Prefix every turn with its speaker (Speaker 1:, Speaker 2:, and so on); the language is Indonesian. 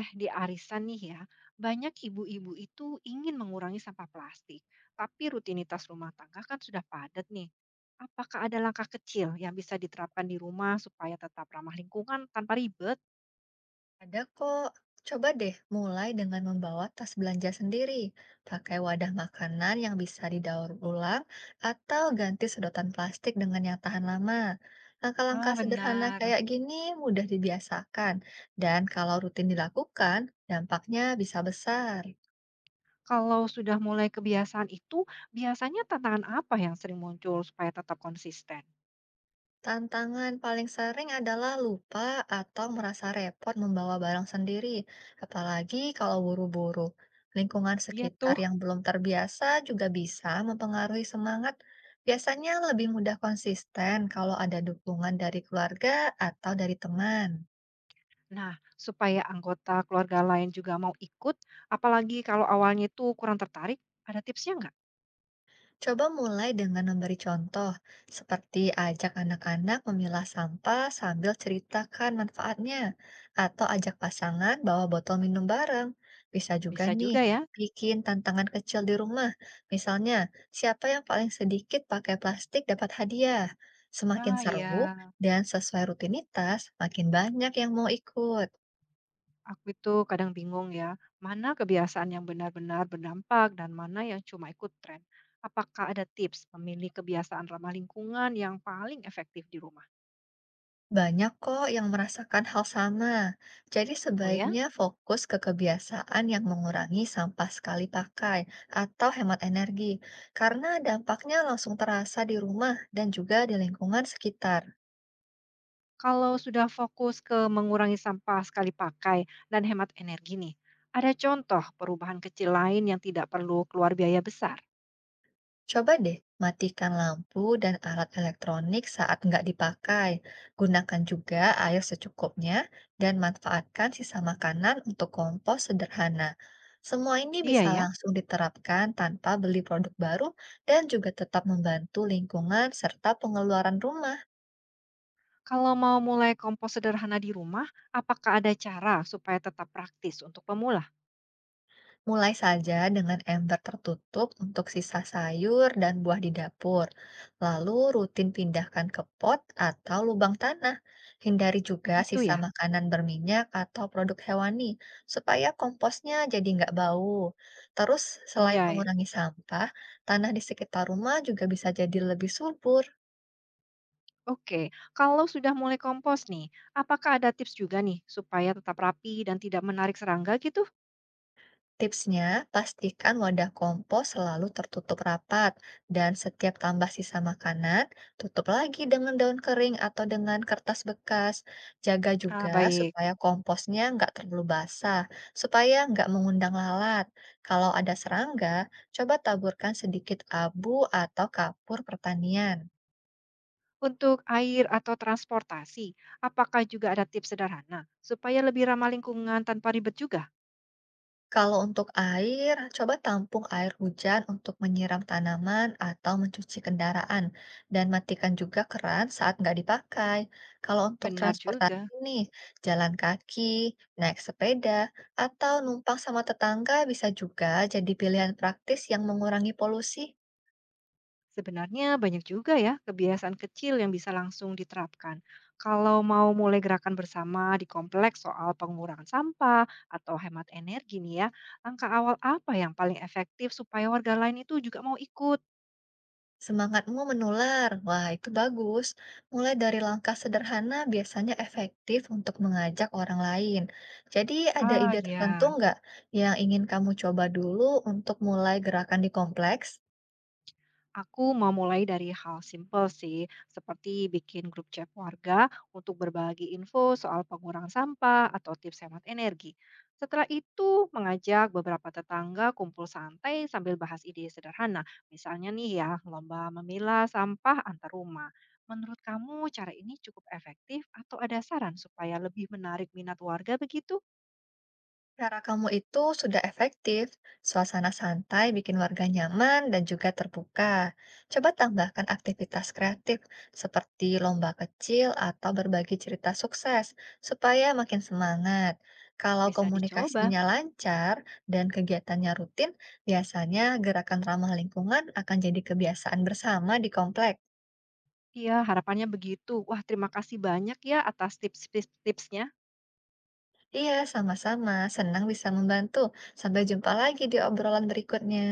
Speaker 1: Di arisan nih ya, banyak ibu-ibu itu ingin mengurangi sampah plastik, tapi rutinitas rumah tangga kan sudah padat nih. Apakah ada langkah kecil yang bisa diterapkan di rumah supaya tetap ramah lingkungan tanpa ribet?
Speaker 2: Ada kok. Coba deh mulai dengan membawa tas belanja sendiri. Pakai wadah makanan yang bisa didaur ulang atau ganti sedotan plastik dengan yang tahan lama. Langkah-langkah
Speaker 1: Ah,
Speaker 2: sederhana
Speaker 1: benar.
Speaker 2: kayak gini mudah dibiasakan, dan kalau rutin dilakukan, dampaknya bisa besar.
Speaker 1: Kalau sudah mulai kebiasaan itu, biasanya tantangan apa yang sering muncul supaya tetap konsisten?
Speaker 2: Tantangan paling sering adalah lupa atau merasa repot membawa barang sendiri, apalagi kalau buru-buru. Lingkungan
Speaker 1: Iya
Speaker 2: sekitar
Speaker 1: tuh.
Speaker 2: yang belum terbiasa juga bisa mempengaruhi semangat. Biasanya lebih mudah konsisten kalau ada dukungan dari keluarga atau dari teman.
Speaker 1: Nah, supaya anggota keluarga lain juga mau ikut, apalagi kalau awalnya itu kurang tertarik, ada tipsnya nggak?
Speaker 2: Coba mulai dengan memberi contoh, seperti ajak anak-anak memilah sampah sambil ceritakan manfaatnya, atau ajak pasangan bawa botol minum bareng. Bisa juga
Speaker 1: Bisa
Speaker 2: nih,
Speaker 1: juga ya.
Speaker 2: bikin tantangan kecil di rumah. Misalnya, siapa yang paling sedikit pakai plastik dapat hadiah. Semakin
Speaker 1: Ah, iya.
Speaker 2: seru dan sesuai rutinitas, makin banyak yang mau ikut.
Speaker 1: Aku itu kadang bingung ya, mana kebiasaan yang benar-benar berdampak dan mana yang cuma ikut tren. Apakah ada tips memilih kebiasaan ramah lingkungan yang paling efektif di rumah?
Speaker 2: Banyak kok yang merasakan hal sama. Jadi
Speaker 1: Oh ya,
Speaker 2: sebaiknya fokus ke kebiasaan yang mengurangi sampah sekali pakai atau hemat energi, karena dampaknya langsung terasa di rumah dan juga di lingkungan sekitar.
Speaker 1: kalau sudah fokus ke mengurangi sampah sekali pakai dan hemat energi nih, ada contoh perubahan kecil lain yang tidak perlu keluar biaya besar?
Speaker 2: Coba deh matikan lampu dan alat elektronik saat nggak dipakai. Gunakan juga air secukupnya dan manfaatkan sisa makanan untuk kompos sederhana. Semua ini
Speaker 1: Iya
Speaker 2: bisa
Speaker 1: ya,
Speaker 2: langsung diterapkan tanpa beli produk baru dan juga tetap membantu lingkungan serta pengeluaran rumah.
Speaker 1: kalau mau mulai kompos sederhana di rumah, apakah ada cara supaya tetap praktis untuk pemula?
Speaker 2: Mulai saja dengan ember tertutup untuk sisa sayur dan buah di dapur. Lalu rutin pindahkan ke pot atau lubang tanah. Hindari juga
Speaker 1: Begitu
Speaker 2: sisa
Speaker 1: ya?
Speaker 2: makanan berminyak atau produk hewani supaya komposnya jadi nggak bau. Terus selain
Speaker 1: Ya,
Speaker 2: mengurangi sampah, tanah di sekitar rumah juga bisa jadi lebih subur.
Speaker 1: oke, kalau sudah mulai kompos nih, apakah ada tips juga nih supaya tetap rapi dan tidak menarik serangga gitu?
Speaker 2: Tipsnya, pastikan wadah kompos selalu tertutup rapat dan setiap tambah sisa makanan, tutup lagi dengan daun kering atau dengan kertas bekas. Jaga
Speaker 1: Ah,
Speaker 2: juga
Speaker 1: baik.
Speaker 2: supaya komposnya nggak terlalu basah, supaya nggak mengundang lalat. Kalau ada serangga, coba taburkan sedikit abu atau kapur pertanian.
Speaker 1: Untuk air atau transportasi, apakah juga ada tips sederhana supaya lebih ramah lingkungan tanpa ribet juga?
Speaker 2: Kalau untuk air, coba tampung air hujan untuk menyiram tanaman atau mencuci kendaraan, dan matikan juga keran saat nggak dipakai. Kalau untuk
Speaker 1: Benar
Speaker 2: transportasi
Speaker 1: juga.
Speaker 2: nih, jalan kaki, naik sepeda, atau numpang sama tetangga bisa juga jadi pilihan praktis yang mengurangi polusi.
Speaker 1: Sebenarnya banyak juga ya kebiasaan kecil yang bisa langsung diterapkan. Kalau mau mulai gerakan bersama di kompleks soal pengurangan sampah atau hemat energi nih ya, langkah awal apa yang paling efektif supaya warga lain itu juga mau ikut?
Speaker 2: Semangatmu menular. Wah, itu bagus. Mulai dari langkah sederhana biasanya efektif untuk mengajak orang lain. Jadi, ada
Speaker 1: Ah
Speaker 2: ide tertentu
Speaker 1: ya,
Speaker 2: nggak yang ingin kamu coba dulu untuk mulai gerakan di kompleks?
Speaker 1: aku mau mulai dari hal simpel sih, seperti bikin grup chat warga untuk berbagi info soal pengurangan sampah atau tips hemat energi. Setelah itu, mengajak beberapa tetangga kumpul santai sambil bahas ide sederhana. Misalnya nih ya, lomba memilah sampah antar rumah. Menurut kamu cara ini cukup efektif atau ada saran supaya lebih menarik minat warga begitu?
Speaker 2: Cara kamu itu sudah efektif. Suasana santai bikin warga nyaman dan juga terbuka. Coba tambahkan aktivitas kreatif seperti lomba kecil atau berbagi cerita sukses supaya makin semangat. Kalau
Speaker 1: Bisa dicoba.
Speaker 2: komunikasinya lancar dan kegiatannya rutin, biasanya gerakan ramah lingkungan akan jadi kebiasaan bersama di komplek.
Speaker 1: Iya, harapannya begitu. Wah, terima kasih banyak ya atas tipsnya.
Speaker 2: Iya, sama-sama. Senang bisa membantu. Sampai jumpa lagi di obrolan berikutnya.